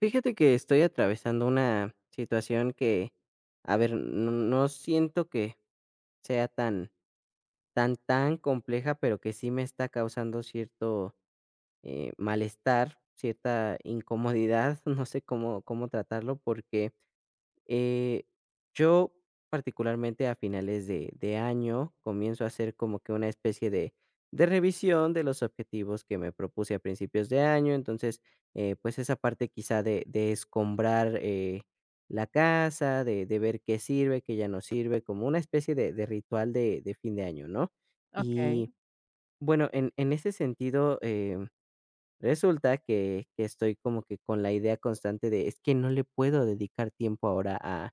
Fíjate que estoy atravesando una situación que, a ver, no, no siento que sea tan, tan, tan compleja, pero que sí me está causando cierto malestar, cierta incomodidad. No sé cómo tratarlo, porque eh, yo particularmente a finales de año comienzo a hacer como que una especie de revisión de los objetivos que me propuse a principios de año. Entonces, pues esa parte quizá de escombrar la casa, de ver qué sirve, qué ya no sirve, como una especie de ritual de fin de año, ¿no? Okey, Y bueno, en ese sentido, resulta que estoy como que con la idea constante de: "Es que no le puedo dedicar tiempo ahora a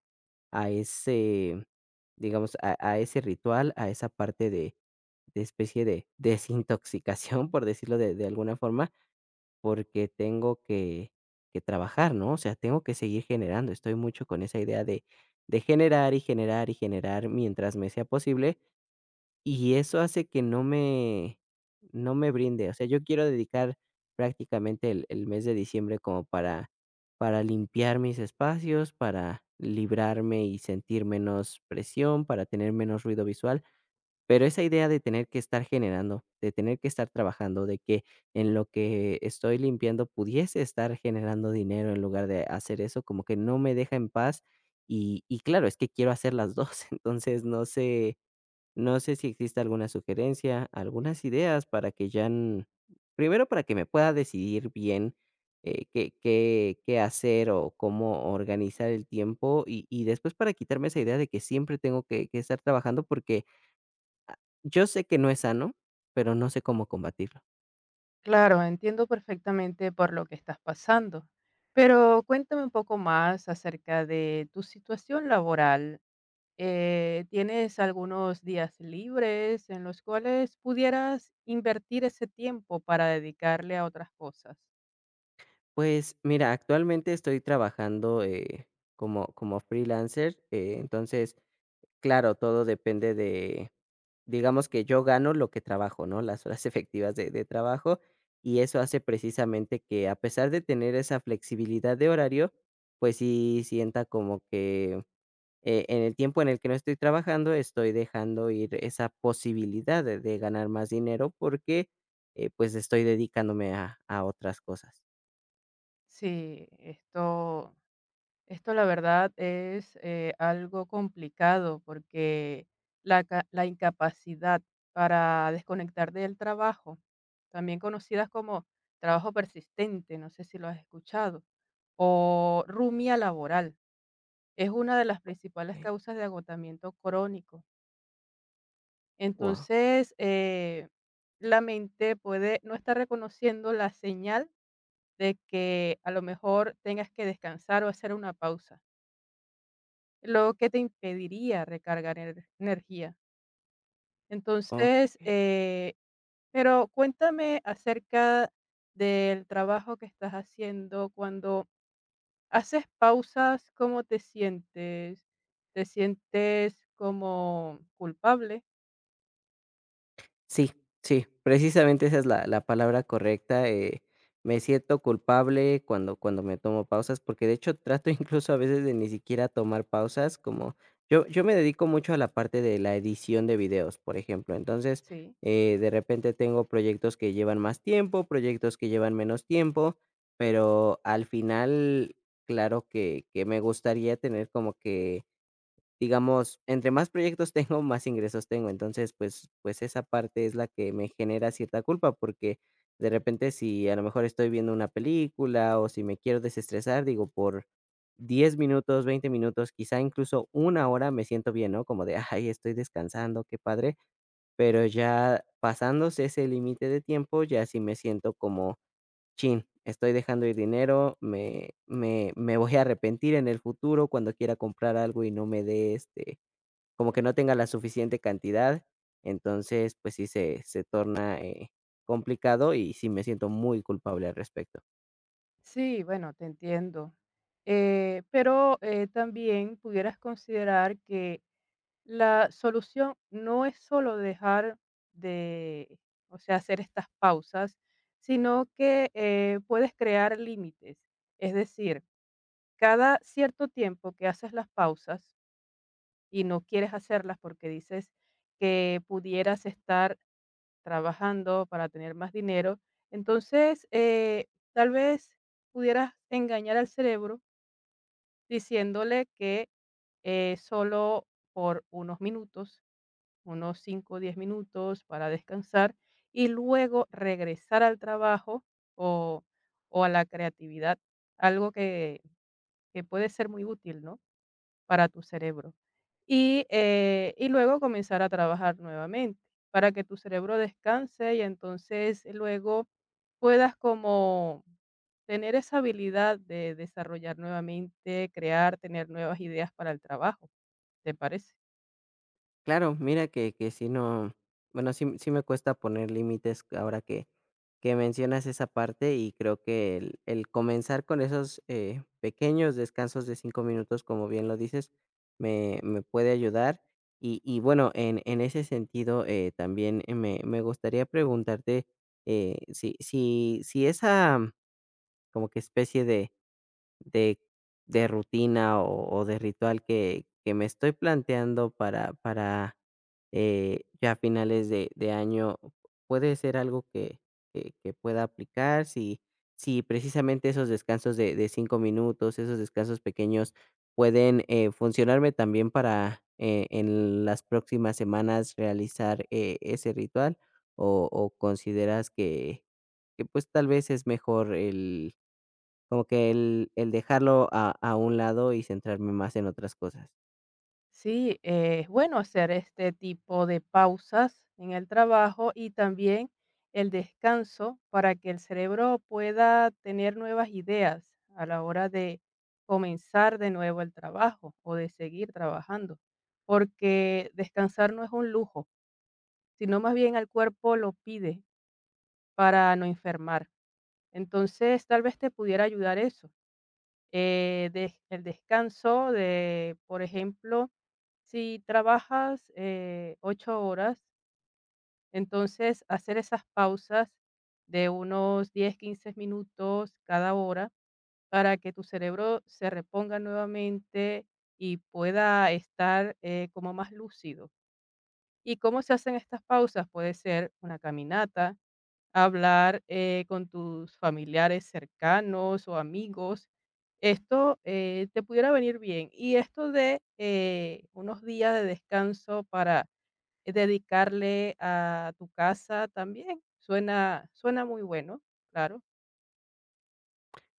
ese, digamos, a ese ritual, a esa parte de especie de desintoxicación", por decirlo de alguna forma, porque tengo que trabajar, ¿no? O sea, tengo que seguir generando. Estoy mucho con esa idea de generar, y generar, y generar mientras me sea posible, y eso hace que no me brinde. O sea, yo quiero dedicar prácticamente el mes de diciembre como para limpiar mis espacios, para librarme y sentir menos presión, para tener menos ruido visual, pero esa idea de tener que estar generando, de tener que estar trabajando, de que en lo que estoy limpiando pudiese estar generando dinero en lugar de hacer eso, como que no me deja en paz. Y claro, es que quiero hacer las dos. Entonces no sé si existe alguna sugerencia, algunas ideas para que ya, primero para que me pueda decidir bien, qué hacer o cómo organizar el tiempo, y después para quitarme esa idea de que siempre tengo que estar trabajando, porque yo sé que no es sano, pero no sé cómo combatirlo. claro, entiendo perfectamente por lo que estás pasando. Pero cuéntame un poco más acerca de tu situación laboral. ¿tienes algunos días libres en los cuales pudieras invertir ese tiempo para dedicarle a otras cosas? Pues mira, actualmente estoy trabajando como freelancer, entonces, claro, todo depende de, digamos que yo gano lo que trabajo, ¿no? Las horas efectivas de trabajo. Y eso hace precisamente que, a pesar de tener esa flexibilidad de horario, pues sí sienta como que, en el tiempo en el que no estoy trabajando, estoy dejando ir esa posibilidad de ganar más dinero, porque pues estoy dedicándome a otras cosas. Sí. Esto la verdad es algo complicado porque la incapacidad para desconectar del trabajo, también conocidas como trabajo persistente, no sé si lo has escuchado, o rumia laboral, es una de las principales Ok. causas de agotamiento crónico. Wow. Entonces, eh, la mente puede no estar reconociendo la señal de que a lo mejor tengas que descansar o hacer una pausa lo que te impediría recargar energía. Ok, Entonces, ok. eh, pero cuéntame acerca del trabajo que estás haciendo. Cuando haces pausas, ¿cómo te sientes? ¿Te sientes como culpable? Sí, sí, precisamente esa es la palabra correcta. Me siento culpable cuando me tomo pausas, porque de hecho trato incluso a veces de ni siquiera tomar pausas. Como, yo me dedico mucho a la parte de la edición de videos, por ejemplo. Entonces, Sí, de repente tengo proyectos que llevan más tiempo, proyectos que llevan menos tiempo, pero al final, claro que me gustaría tener como que... digamos, entre más proyectos tengo, más ingresos tengo. Entonces, pues esa parte es la que me genera cierta culpa, porque de repente, si a lo mejor estoy viendo una película o si me quiero desestresar, digo, por 10 minutos, 20 minutos, quizá incluso una hora, me siento bien, ¿no? Como de: "Ay, estoy descansando, qué padre". Pero ya pasándose ese límite de tiempo, ya sí me siento como: "Chin, estoy dejando ir dinero, me voy a arrepentir en el futuro cuando quiera comprar algo y no me dé, como que no tenga la suficiente cantidad". Entonces, pues sí se torna complicado y sí me siento muy culpable al respecto. sí, bueno, te entiendo. Pero también pudieras considerar que la solución no es solo dejar de, o sea, hacer estas pausas, sino que puedes crear límites. Es decir, cada cierto tiempo que haces las pausas y no quieres hacerlas porque dices que pudieras estar trabajando para tener más dinero, entonces tal vez pudieras engañar al cerebro diciéndole que solo por unos minutos unos 5 o 10 minutos para descansar y luego regresar al trabajo o, o a la creatividad, algo que puede ser muy útil, ¿no? Para tu cerebro. Y luego comenzar a trabajar nuevamente para que tu cerebro descanse y entonces luego puedas como tener esa habilidad de desarrollar nuevamente, crear, tener nuevas ideas para el trabajo. ¿Te parece? Claro, mira que si no, bueno, sí sí me cuesta poner límites ahora que mencionas esa parte, y creo que el comenzar con esos pequeños descansos de 5 minutos, como bien lo dices, me puede ayudar. Y bueno, en ese sentido, también, me gustaría preguntarte, si esa como que especie de de rutina o de ritual que me estoy planteando para ya finales de año, puede ser algo que pueda aplicar, si precisamente esos descansos de 5 minutos, esos descansos pequeños pueden, funcionarme también para, en las próximas semanas realizar, ese ritual, o consideras que, pues, tal vez es mejor el como que el dejarlo a un lado y centrarme más en otras cosas. Sí, es bueno hacer este tipo de pausas en el trabajo y también el descanso para que el cerebro pueda tener nuevas ideas a la hora de comenzar de nuevo el trabajo o de seguir trabajando, porque descansar no es un lujo, sino más bien al cuerpo lo pide para no enfermar. Entonces, tal vez te pudiera ayudar eso, el descanso de, por ejemplo, si trabajas 8 horas, entonces hacer esas pausas de unos 10, 15 minutos cada hora para que tu cerebro se reponga nuevamente y pueda estar como más lúcido. ¿Y cómo se hacen estas pausas? Puede ser una caminata, hablar con tus familiares cercanos o amigos. Esto te pudiera venir bien. Y esto de unos días de descanso para dedicarle a tu casa también. Suena, suena muy bueno, claro.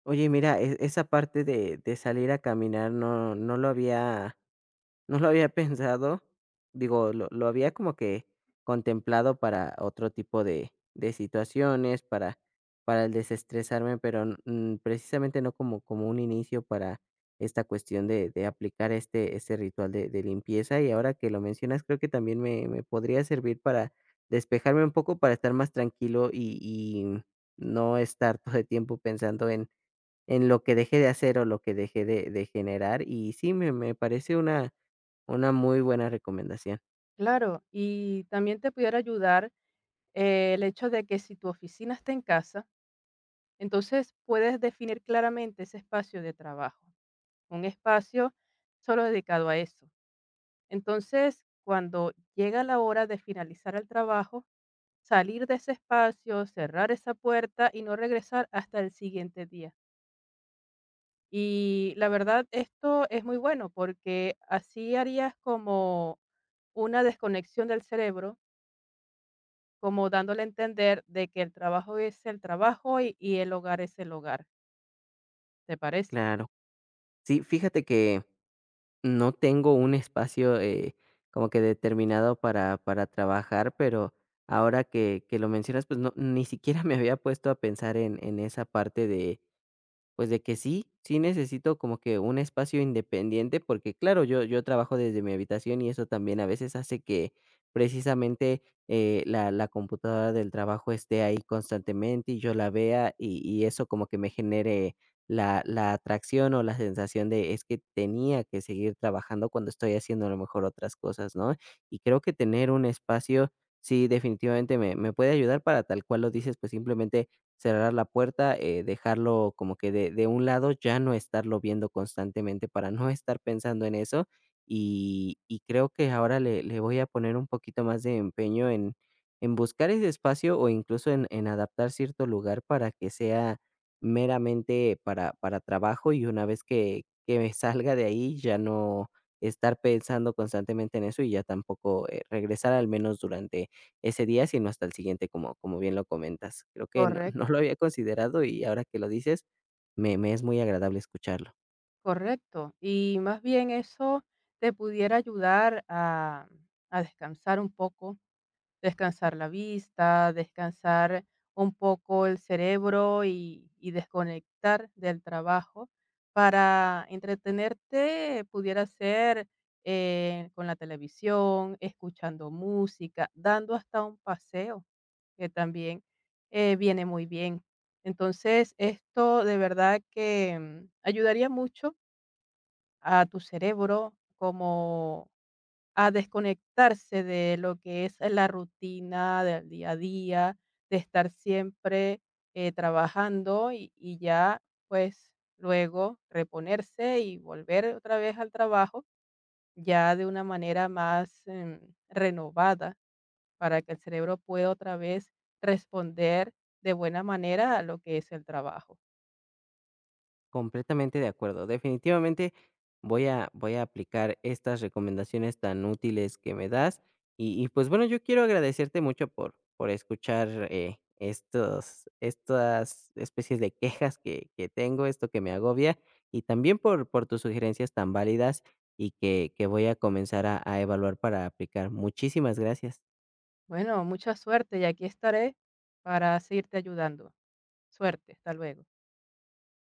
Oye, mira, esa parte de salir a caminar no lo había pensado. Digo, lo había como que contemplado para otro tipo de situaciones, para el desestresarme, pero, precisamente no como un inicio para esta cuestión de aplicar este ritual de limpieza. Y ahora que lo mencionas, creo que también me podría servir para despejarme un poco, para estar más tranquilo y no estar todo el tiempo pensando en lo que dejé de hacer o lo que dejé de generar. Y sí, me parece una muy buena recomendación, Claro, y también te pudiera ayudar el hecho de que si tu oficina está en casa, entonces puedes definir claramente ese espacio de trabajo, un espacio solo dedicado a eso. Entonces, cuando llega la hora de finalizar el trabajo, salir de ese espacio, cerrar esa puerta y no regresar hasta el siguiente día. Y la verdad, esto es muy bueno porque así harías como una desconexión del cerebro, como dándole a entender de que el trabajo es el trabajo y el hogar es el hogar. ¿Te parece? claro. Sí, fíjate que no tengo un espacio, como que determinado para trabajar, pero ahora que lo mencionas, pues, no, ni siquiera me había puesto a pensar en esa parte. De Pues de que sí, sí necesito como que un espacio independiente, porque claro, yo trabajo desde mi habitación, y eso también a veces hace que precisamente la computadora del trabajo esté ahí constantemente y yo la vea, y eso como que me genere la atracción o la sensación de es que tenía que seguir trabajando cuando estoy haciendo a lo mejor otras cosas, ¿no? Y creo que tener un espacio, sí, definitivamente me puede ayudar para tal cual lo dices, pues simplemente cerrar la puerta, dejarlo como que de un lado, ya no estarlo viendo constantemente para no estar pensando en eso. Y creo que ahora le voy a poner un poquito más de empeño en, buscar ese espacio, o incluso en adaptar cierto lugar para que sea meramente para trabajo, y una vez que me salga de ahí ya no estar pensando constantemente en eso, y ya tampoco regresar, al menos durante ese día, sino hasta el siguiente, como bien lo comentas. Creo que no no Correcto. lo había considerado y ahora que lo dices, me es muy agradable escucharlo. Correcto. Y más bien eso te pudiera ayudar a descansar un poco, descansar la vista, descansar un poco el cerebro y desconectar del trabajo. Para entretenerte pudiera ser, con la televisión, escuchando música, dando hasta un paseo, que también, viene muy bien. Entonces, esto de verdad que, ayudaría mucho a tu cerebro como a desconectarse de lo que es la rutina del día a día, de estar siempre, trabajando y ya, pues, luego reponerse y volver otra vez al trabajo, ya de una manera más, renovada, para que el cerebro pueda otra vez responder de buena manera a lo que es el trabajo. Completamente de acuerdo. Definitivamente voy a aplicar estas recomendaciones tan útiles que me das. Y pues bueno, yo quiero agradecerte mucho por escuchar estas especies de quejas que tengo, esto que me agobia, y también por tus sugerencias tan válidas y que voy a comenzar a evaluar para aplicar. Muchísimas gracias. Bueno, mucha suerte y aquí estaré para seguirte ayudando. Suerte, hasta luego.